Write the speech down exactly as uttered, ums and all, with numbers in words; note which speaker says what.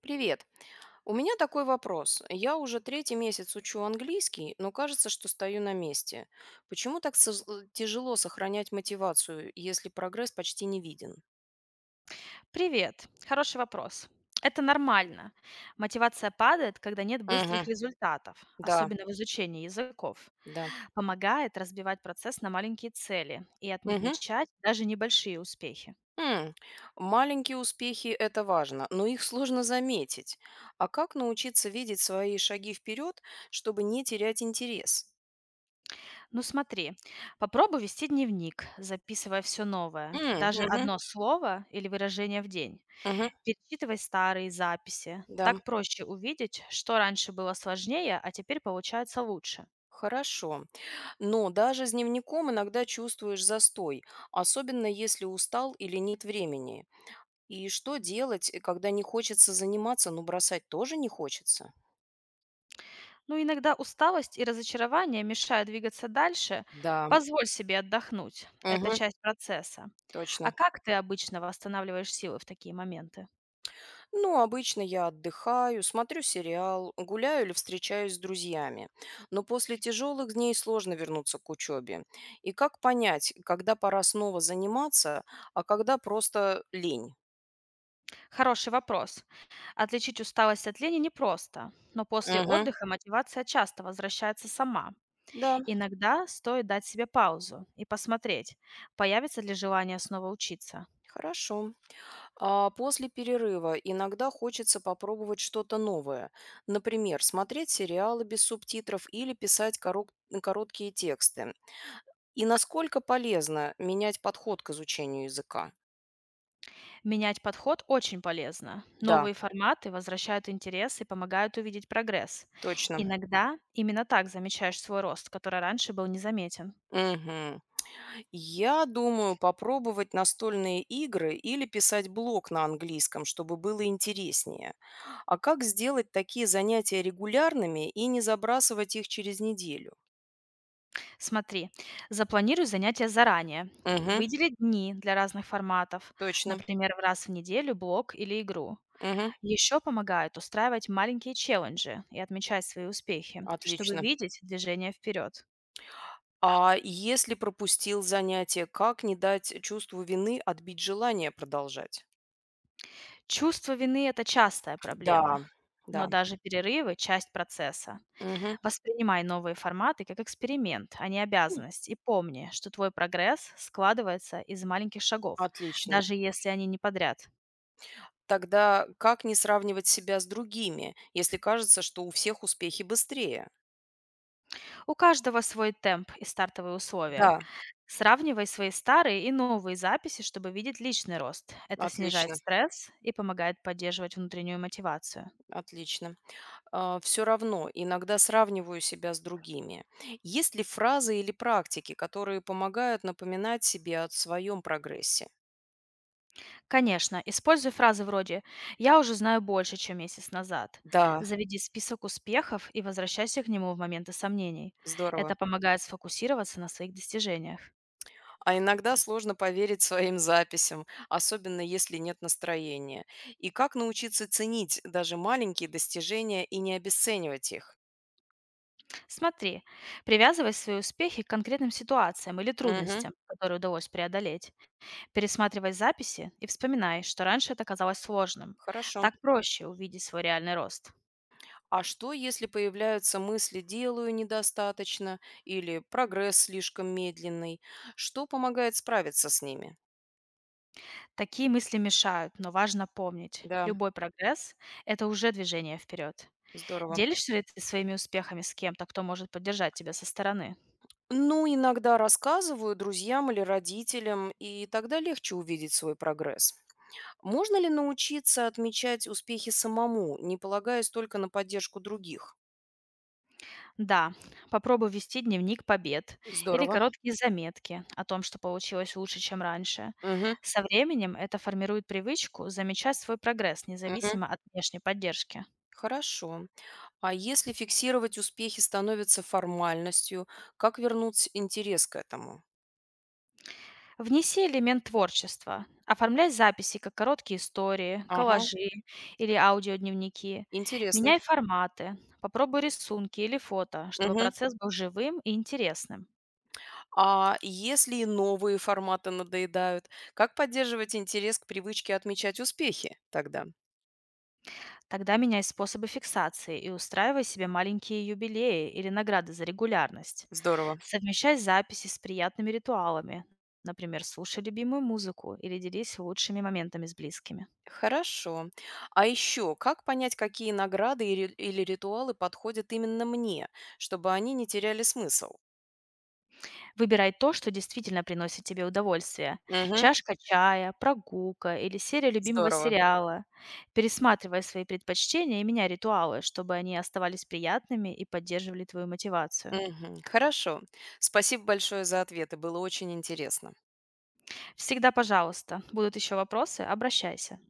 Speaker 1: Привет. У меня такой вопрос. Я уже третий месяц учу английский, но кажется, что стою на месте. Почему так соз- э, тяжело сохранять мотивацию, если прогресс почти не виден?
Speaker 2: Привет. Хороший вопрос. Это нормально. Мотивация падает, когда нет быстрых
Speaker 1: Мгм.
Speaker 2: результатов,
Speaker 1: Да,
Speaker 2: особенно в изучении языков.
Speaker 1: да.
Speaker 2: Помогает разбивать процесс на маленькие цели и
Speaker 1: Мгм.
Speaker 2: отмечать даже небольшие успехи.
Speaker 1: М, Маленькие успехи – это важно, но их сложно заметить. А как научиться видеть свои шаги вперед, чтобы не терять интерес?
Speaker 2: Ну смотри, попробуй вести дневник, записывая все новое,
Speaker 1: М,
Speaker 2: даже
Speaker 1: мгм,
Speaker 2: одно слово или выражение в день.
Speaker 1: мгм.
Speaker 2: Перечитывай старые записи.
Speaker 1: Да.
Speaker 2: Так проще увидеть, что раньше было сложнее, а теперь получается лучше.
Speaker 1: Хорошо. Но даже с дневником иногда чувствуешь застой, особенно если устал или нет времени. И что делать, э, когда не хочется заниматься, но бросать тоже не хочется?
Speaker 2: Ну, иногда усталость и разочарование мешают двигаться дальше.
Speaker 1: Да,
Speaker 2: Позволь себе отдохнуть. Это
Speaker 1: мгм,
Speaker 2: часть процесса. А
Speaker 1: точно.
Speaker 2: как ты обычно восстанавливаешь силы в такие моменты?
Speaker 1: Ну, обычно я отдыхаю, смотрю сериал, гуляю или встречаюсь с друзьями. Но после тяжелых дней сложно вернуться к учебе. И как понять, когда пора снова заниматься, а когда просто лень?
Speaker 2: Хороший вопрос. Отличить усталость от лени непросто, но после
Speaker 1: Угу,
Speaker 2: отдыха мотивация часто возвращается сама.
Speaker 1: да,
Speaker 2: Иногда стоит дать себе паузу и посмотреть, появится ли желание снова учиться.
Speaker 1: хорошо. А, После перерыва иногда хочется попробовать что-то новое. Например, смотреть сериалы без субтитров или писать корок- короткие тексты. И насколько полезно менять подход к изучению языка?
Speaker 2: Менять подход очень полезно.
Speaker 1: Да,
Speaker 2: Новые форматы возвращают интерес и помогают увидеть прогресс.
Speaker 1: точно.
Speaker 2: Иногда именно так замечаешь свой рост, который раньше был незаметен.
Speaker 1: Мгм. Я думаю попробовать настольные игры или писать блог на английском, чтобы было интереснее. А как сделать такие занятия регулярными и не забрасывать их через неделю?
Speaker 2: Смотри, запланируй занятия заранее.
Speaker 1: Угу,
Speaker 2: Выдели дни для разных форматов,
Speaker 1: точно.
Speaker 2: например, в раз в неделю блок или игру.
Speaker 1: Угу,
Speaker 2: Еще помогает устраивать маленькие челленджи и отмечать свои успехи, чтобы
Speaker 1: отлично.
Speaker 2: видеть движение вперед.
Speaker 1: А если пропустил занятие, как не дать чувству вины отбить желание продолжать?
Speaker 2: Чувство вины– это частая
Speaker 1: Да,
Speaker 2: проблема,
Speaker 1: да.
Speaker 2: но даже перерывы– часть процесса.
Speaker 1: Мгм.
Speaker 2: Воспринимай новые форматы как эксперимент, а не
Speaker 1: М,
Speaker 2: обязанность, и помни, что твой прогресс складывается из маленьких шагов,
Speaker 1: Отлично.
Speaker 2: даже если они не подряд.
Speaker 1: Тогда как не сравнивать себя с другими, если кажется, что у всех успехи быстрее?
Speaker 2: У каждого свой темп и стартовые условия.
Speaker 1: Да,
Speaker 2: Сравнивай свои старые и новые записи, чтобы видеть личный рост. Это снижает
Speaker 1: отлично,
Speaker 2: стресс и помогает поддерживать внутреннюю мотивацию.
Speaker 1: отлично. Все равно иногда сравниваю себя с другими. Есть ли фразы или практики, которые помогают напоминать себе о своем прогрессе?
Speaker 2: Конечно, используй фразы вроде «Я уже знаю больше, чем месяц назад».
Speaker 1: Да,
Speaker 2: Заведи список успехов и возвращайся к нему в моменты сомнений.
Speaker 1: здорово.
Speaker 2: Это помогает сфокусироваться на своих достижениях.
Speaker 1: А иногда сложно поверить своим записям, особенно если нет настроения. И как научиться ценить даже маленькие достижения и не обесценивать их?
Speaker 2: Смотри, привязывай свои успехи к конкретным ситуациям или
Speaker 1: Мгм.
Speaker 2: трудностям, которые удалось преодолеть. Пересматривай записи и вспоминай, что раньше это казалось сложным.
Speaker 1: Хорошо.
Speaker 2: Так проще увидеть свой реальный рост.
Speaker 1: А что, если появляются мысли «делаю недостаточно» или «прогресс слишком медленный»? Что помогает справиться с ними?
Speaker 2: Такие мысли мешают, но важно помнить,
Speaker 1: Да,
Speaker 2: любой прогресс– это уже движение вперед.
Speaker 1: здорово.
Speaker 2: Делишься ли ты своими успехами с кем-то, кто может поддержать тебя со стороны?
Speaker 1: Ну, иногда рассказываю друзьям или родителям, и тогда легче увидеть свой прогресс. Можно ли научиться отмечать успехи самому, не полагаясь только на поддержку других?
Speaker 2: Да, попробуй вести дневник побед или
Speaker 1: Здорово.
Speaker 2: короткие заметки о том, что получилось лучше, чем раньше.
Speaker 1: Мгм,
Speaker 2: Со временем это формирует привычку замечать свой прогресс,
Speaker 1: мгм.
Speaker 2: независимо от внешней поддержки.
Speaker 1: Хорошо. А если фиксировать успехи становится формальностью, как вернуть интерес к этому?
Speaker 2: Внеси элемент творчества. Оформляй записи, как короткие истории,
Speaker 1: Ага,
Speaker 2: коллажи или аудиодневники.
Speaker 1: интересно.
Speaker 2: Меняй форматы. Попробуй рисунки или фото, чтобы
Speaker 1: Мгм.
Speaker 2: процесс был живым и интересным.
Speaker 1: А если и новые форматы надоедают, как поддерживать интерес к привычке отмечать успехи тогда?
Speaker 2: Тогда меняй способы фиксации и устраивай себе маленькие юбилеи или награды за регулярность.
Speaker 1: Здорово.
Speaker 2: Совмещай записи с приятными ритуалами. Например, слушай любимую музыку или делись лучшими моментами с близкими.
Speaker 1: Хорошо. А еще, как понять, какие награды и или ритуалы подходят именно мне, чтобы они не теряли смысл?
Speaker 2: Выбирай то, что действительно приносит тебе удовольствие.
Speaker 1: Угу,
Speaker 2: Чашка чая, прогулка или серия любимого
Speaker 1: здорово.
Speaker 2: сериала. Пересматривай свои предпочтения и меняй ритуалы, чтобы они оставались приятными и поддерживали твою мотивацию.
Speaker 1: Мгм. Хорошо. Спасибо большое за ответы. Было очень интересно.
Speaker 2: Всегда, пожалуйста, будут еще вопросы, обращайся.